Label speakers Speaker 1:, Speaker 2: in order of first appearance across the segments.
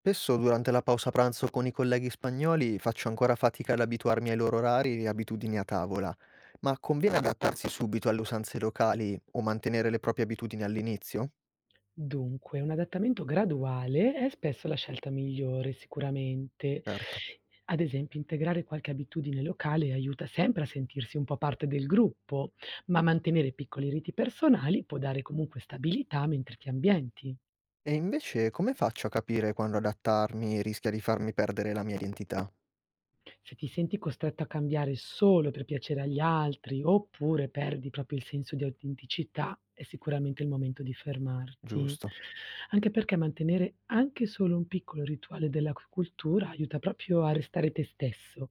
Speaker 1: Spesso durante la pausa pranzo con i colleghi spagnoli faccio ancora fatica ad abituarmi ai loro orari e abitudini a tavola, ma conviene adattarsi subito alle usanze locali o mantenere le proprie abitudini all'inizio?
Speaker 2: Dunque, un adattamento graduale è spesso la scelta migliore, sicuramente.
Speaker 1: Certo.
Speaker 2: Ad esempio, integrare qualche abitudine locale aiuta sempre a sentirsi un po' parte del gruppo, ma mantenere piccoli riti personali può dare comunque stabilità mentre ti ambienti.
Speaker 1: E invece come faccio a capire quando adattarmi rischia di farmi perdere la mia identità?
Speaker 2: Se ti senti costretto a cambiare solo per piacere agli altri, oppure perdi proprio il senso di autenticità, è sicuramente il momento di fermarti.
Speaker 1: Giusto.
Speaker 2: Anche perché mantenere anche solo un piccolo rituale della c cultura aiuta proprio a restare te stesso.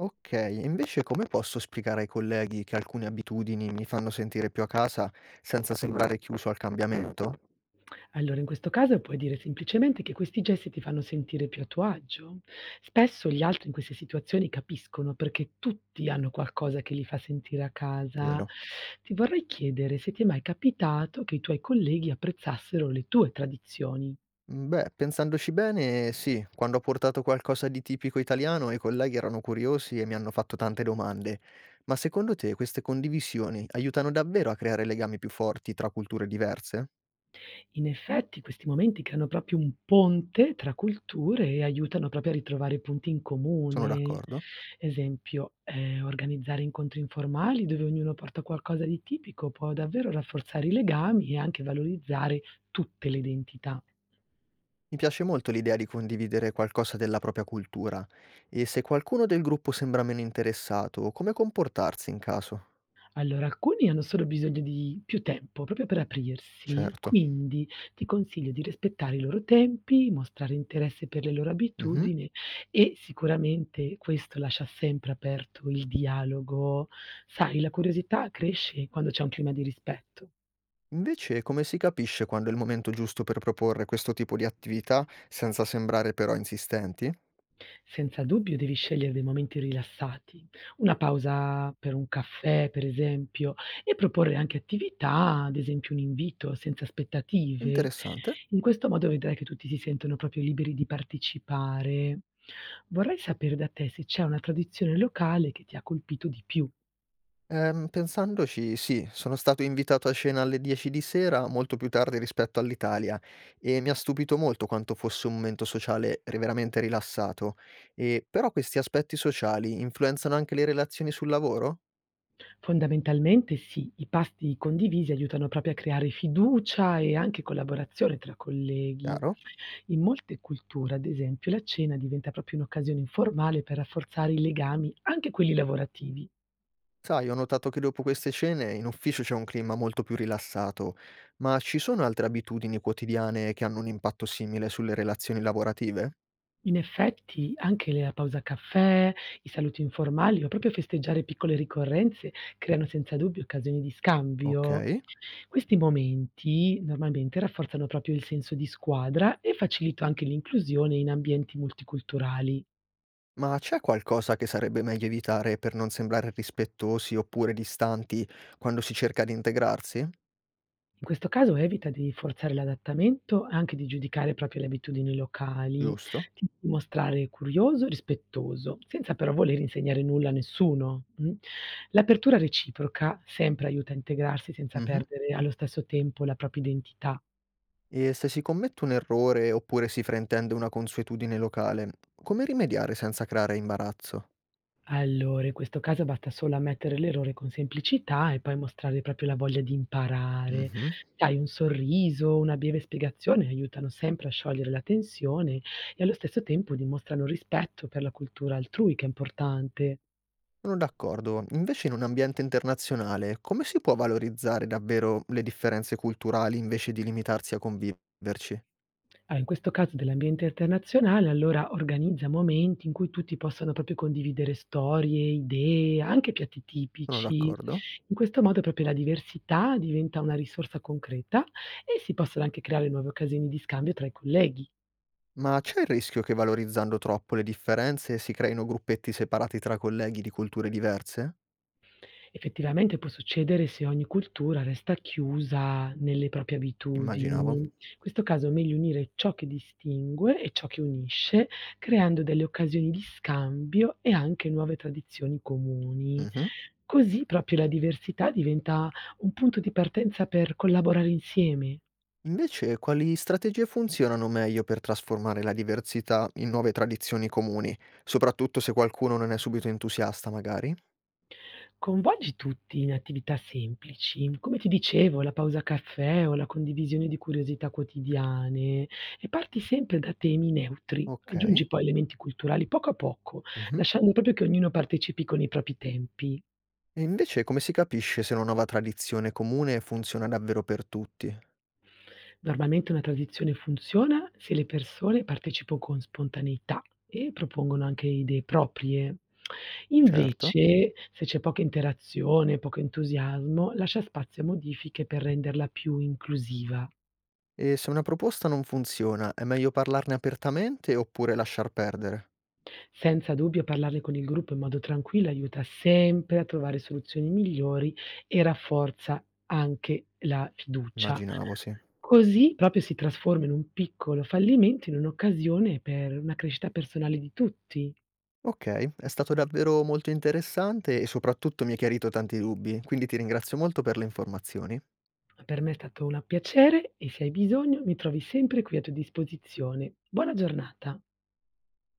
Speaker 1: Ok, e invece come posso spiegare ai colleghi che alcune abitudini mi fanno sentire più a casa senza sembrare chiuso al cambiamento?
Speaker 2: Allora, in questo caso puoi dire semplicemente che questi gesti ti fanno sentire più a tuo agio. Spesso gli altri in queste situazioni capiscono perché tutti hanno qualcosa che li fa sentire a casa.
Speaker 1: Vero.
Speaker 2: Ti vorrei chiedere se ti è mai capitato che i tuoi colleghi apprezzassero le tue tradizioni.
Speaker 1: Mhmm, beh, pensandoci bene sì, quando ho portato qualcosa di tipico italiano i colleghi erano curiosi e mi hanno fatto tante domande. Ma secondo te queste condivisioni aiutano davvero a creare legami più forti tra culture diverse?
Speaker 2: In effetti questi momenti creano proprio un ponte tra culture e aiutano proprio a ritrovare punti in
Speaker 1: Sono
Speaker 2: comune.
Speaker 1: d'accordo.
Speaker 2: Esempio, organizzare incontri informali dove ognuno porta qualcosa di tipico può davvero rafforzare i legami e anche valorizzare tutte le identità.
Speaker 1: Mi piace molto l'idea di condividere qualcosa della propria cultura e se qualcuno del gruppo sembra meno interessato, come comportarsi in caso?
Speaker 2: Allora, alcuni hanno solo bisogno di più tempo proprio per aprirsi,
Speaker 1: Certo.
Speaker 2: quindi ti consiglio di rispettare i loro tempi, mostrare interesse per le loro
Speaker 1: Mh-mh.
Speaker 2: abitudini e sicuramente questo lascia sempre aperto il dialogo. Sai, la curiosità cresce quando c'è un clima di rispetto.
Speaker 1: Invece come si capisce quando è il momento giusto per proporre questo tipo di attività senza sembrare però insistenti?
Speaker 2: Senza dubbio devi scegliere dei momenti rilassati, una pausa per un caffè per esempio, e proporre anche attività, ad esempio un invito senza aspettative.
Speaker 1: Interessante.
Speaker 2: In questo modo vedrai che tutti si sentono proprio liberi di partecipare. Vorrei sapere da te se c'è una tradizione locale che ti ha colpito di più.
Speaker 1: Pensandoci, sì, sono stato invitato a cena alle 10 di sera, molto più tardi rispetto all'Italia, e mi ha stupito molto quanto fosse un momento sociale veramente rilassato. E, però questi aspetti sociali influenzano anche le relazioni sul lavoro?
Speaker 2: Fondamentalmente sì, i pasti condivisi aiutano proprio a creare fiducia e anche collaborazione tra colleghi.
Speaker 1: Chiaro?
Speaker 2: In molte culture, ad esempio, la cena diventa proprio un'occasione informale per rafforzare i legami, anche quelli lavorativi.
Speaker 1: Sai, ho notato che dopo queste cene in ufficio c'è un clima molto più rilassato, ma ci sono altre abitudini quotidiane che hanno un impatto simile sulle relazioni lavorative?
Speaker 2: In effetti, anche la pausa caffè, i saluti informali o proprio festeggiare piccole ricorrenze creano senza dubbio occasioni di
Speaker 1: Ok.
Speaker 2: scambio. Questi momenti normalmente rafforzano proprio il senso di squadra e facilitano anche l'inclusione in ambienti multiculturali.
Speaker 1: Ma c'è qualcosa che sarebbe meglio evitare per non sembrare rispettosi oppure distanti quando si cerca di integrarsi?
Speaker 2: In questo caso evita di forzare l'adattamento e anche di giudicare proprio le abitudini locali.
Speaker 1: Giusto?
Speaker 2: Ti devi mostrare curioso e rispettoso, senza però voler insegnare nulla a nessuno. Mm. L'apertura reciproca sempre aiuta a integrarsi senza
Speaker 1: Mh-mh.
Speaker 2: perdere allo stesso tempo la propria identità.
Speaker 1: E se si commette un errore oppure si fraintende una consuetudine locale, come rimediare senza creare imbarazzo?
Speaker 2: Allora, in questo caso basta solo ammettere l'errore con semplicità e poi mostrare proprio la voglia di imparare.
Speaker 1: Mh-mh.
Speaker 2: Sai, un sorriso, una breve spiegazione aiutano sempre a sciogliere la tensione e allo stesso tempo dimostrano rispetto per la cultura altrui, che è importante.
Speaker 1: Sono d'accordo. Invece in un ambiente internazionale, come si può valorizzare davvero le differenze culturali invece di limitarsi a conviverci?
Speaker 2: Ah, in questo caso dell'ambiente internazionale, allora organizza momenti in cui tutti possano proprio condividere storie, idee, anche piatti
Speaker 1: Sono
Speaker 2: tipici.
Speaker 1: d'accordo.
Speaker 2: In questo modo proprio la diversità diventa una risorsa concreta e si possono anche creare nuove occasioni di scambio tra i colleghi.
Speaker 1: Ma c'è il rischio che valorizzando troppo le differenze si creino gruppetti separati tra colleghi di culture diverse?
Speaker 2: Effettivamente può succedere se ogni cultura resta chiusa nelle proprie abitudini.
Speaker 1: Immaginavo.
Speaker 2: In questo caso è meglio unire ciò che distingue e ciò che unisce, creando delle occasioni di scambio e anche nuove tradizioni comuni.
Speaker 1: Mhm.
Speaker 2: Così proprio la diversità diventa un punto di partenza per collaborare insieme.
Speaker 1: Invece, quali strategie funzionano meglio per trasformare la diversità in nuove tradizioni comuni, soprattutto se qualcuno non è subito entusiasta, magari?
Speaker 2: Coinvolgi tutti in attività semplici, come ti dicevo, la pausa caffè o la condivisione di curiosità quotidiane e parti sempre da temi neutri.
Speaker 1: Ok.
Speaker 2: Aggiungi poi elementi culturali poco a poco,
Speaker 1: Mhm.
Speaker 2: lasciando proprio che ognuno partecipi con i propri tempi.
Speaker 1: E invece come si capisce se una nuova tradizione comune funziona davvero per tutti?
Speaker 2: Normalmente una tradizione funziona se le persone partecipano con spontaneità e propongono anche idee proprie.
Speaker 1: Certo.
Speaker 2: Invece, se c'è poca interazione, poco entusiasmo, lascia spazio a modifiche per renderla più inclusiva.
Speaker 1: E se una proposta non funziona, è meglio parlarne apertamente oppure lasciar perdere?
Speaker 2: Senza dubbio parlarne con il gruppo in modo tranquillo aiuta sempre a trovare soluzioni migliori e rafforza anche la fiducia.
Speaker 1: Immaginavo, sì.
Speaker 2: Così proprio si trasforma in un piccolo fallimento in un'occasione per una crescita personale di tutti.
Speaker 1: Okay, è stato davvero molto interessante e soprattutto mi hai chiarito tanti dubbi, quindi ti ringrazio molto per le informazioni.
Speaker 2: Per me è stato un piacere e se hai bisogno mi trovi sempre qui a tua disposizione. Buona giornata.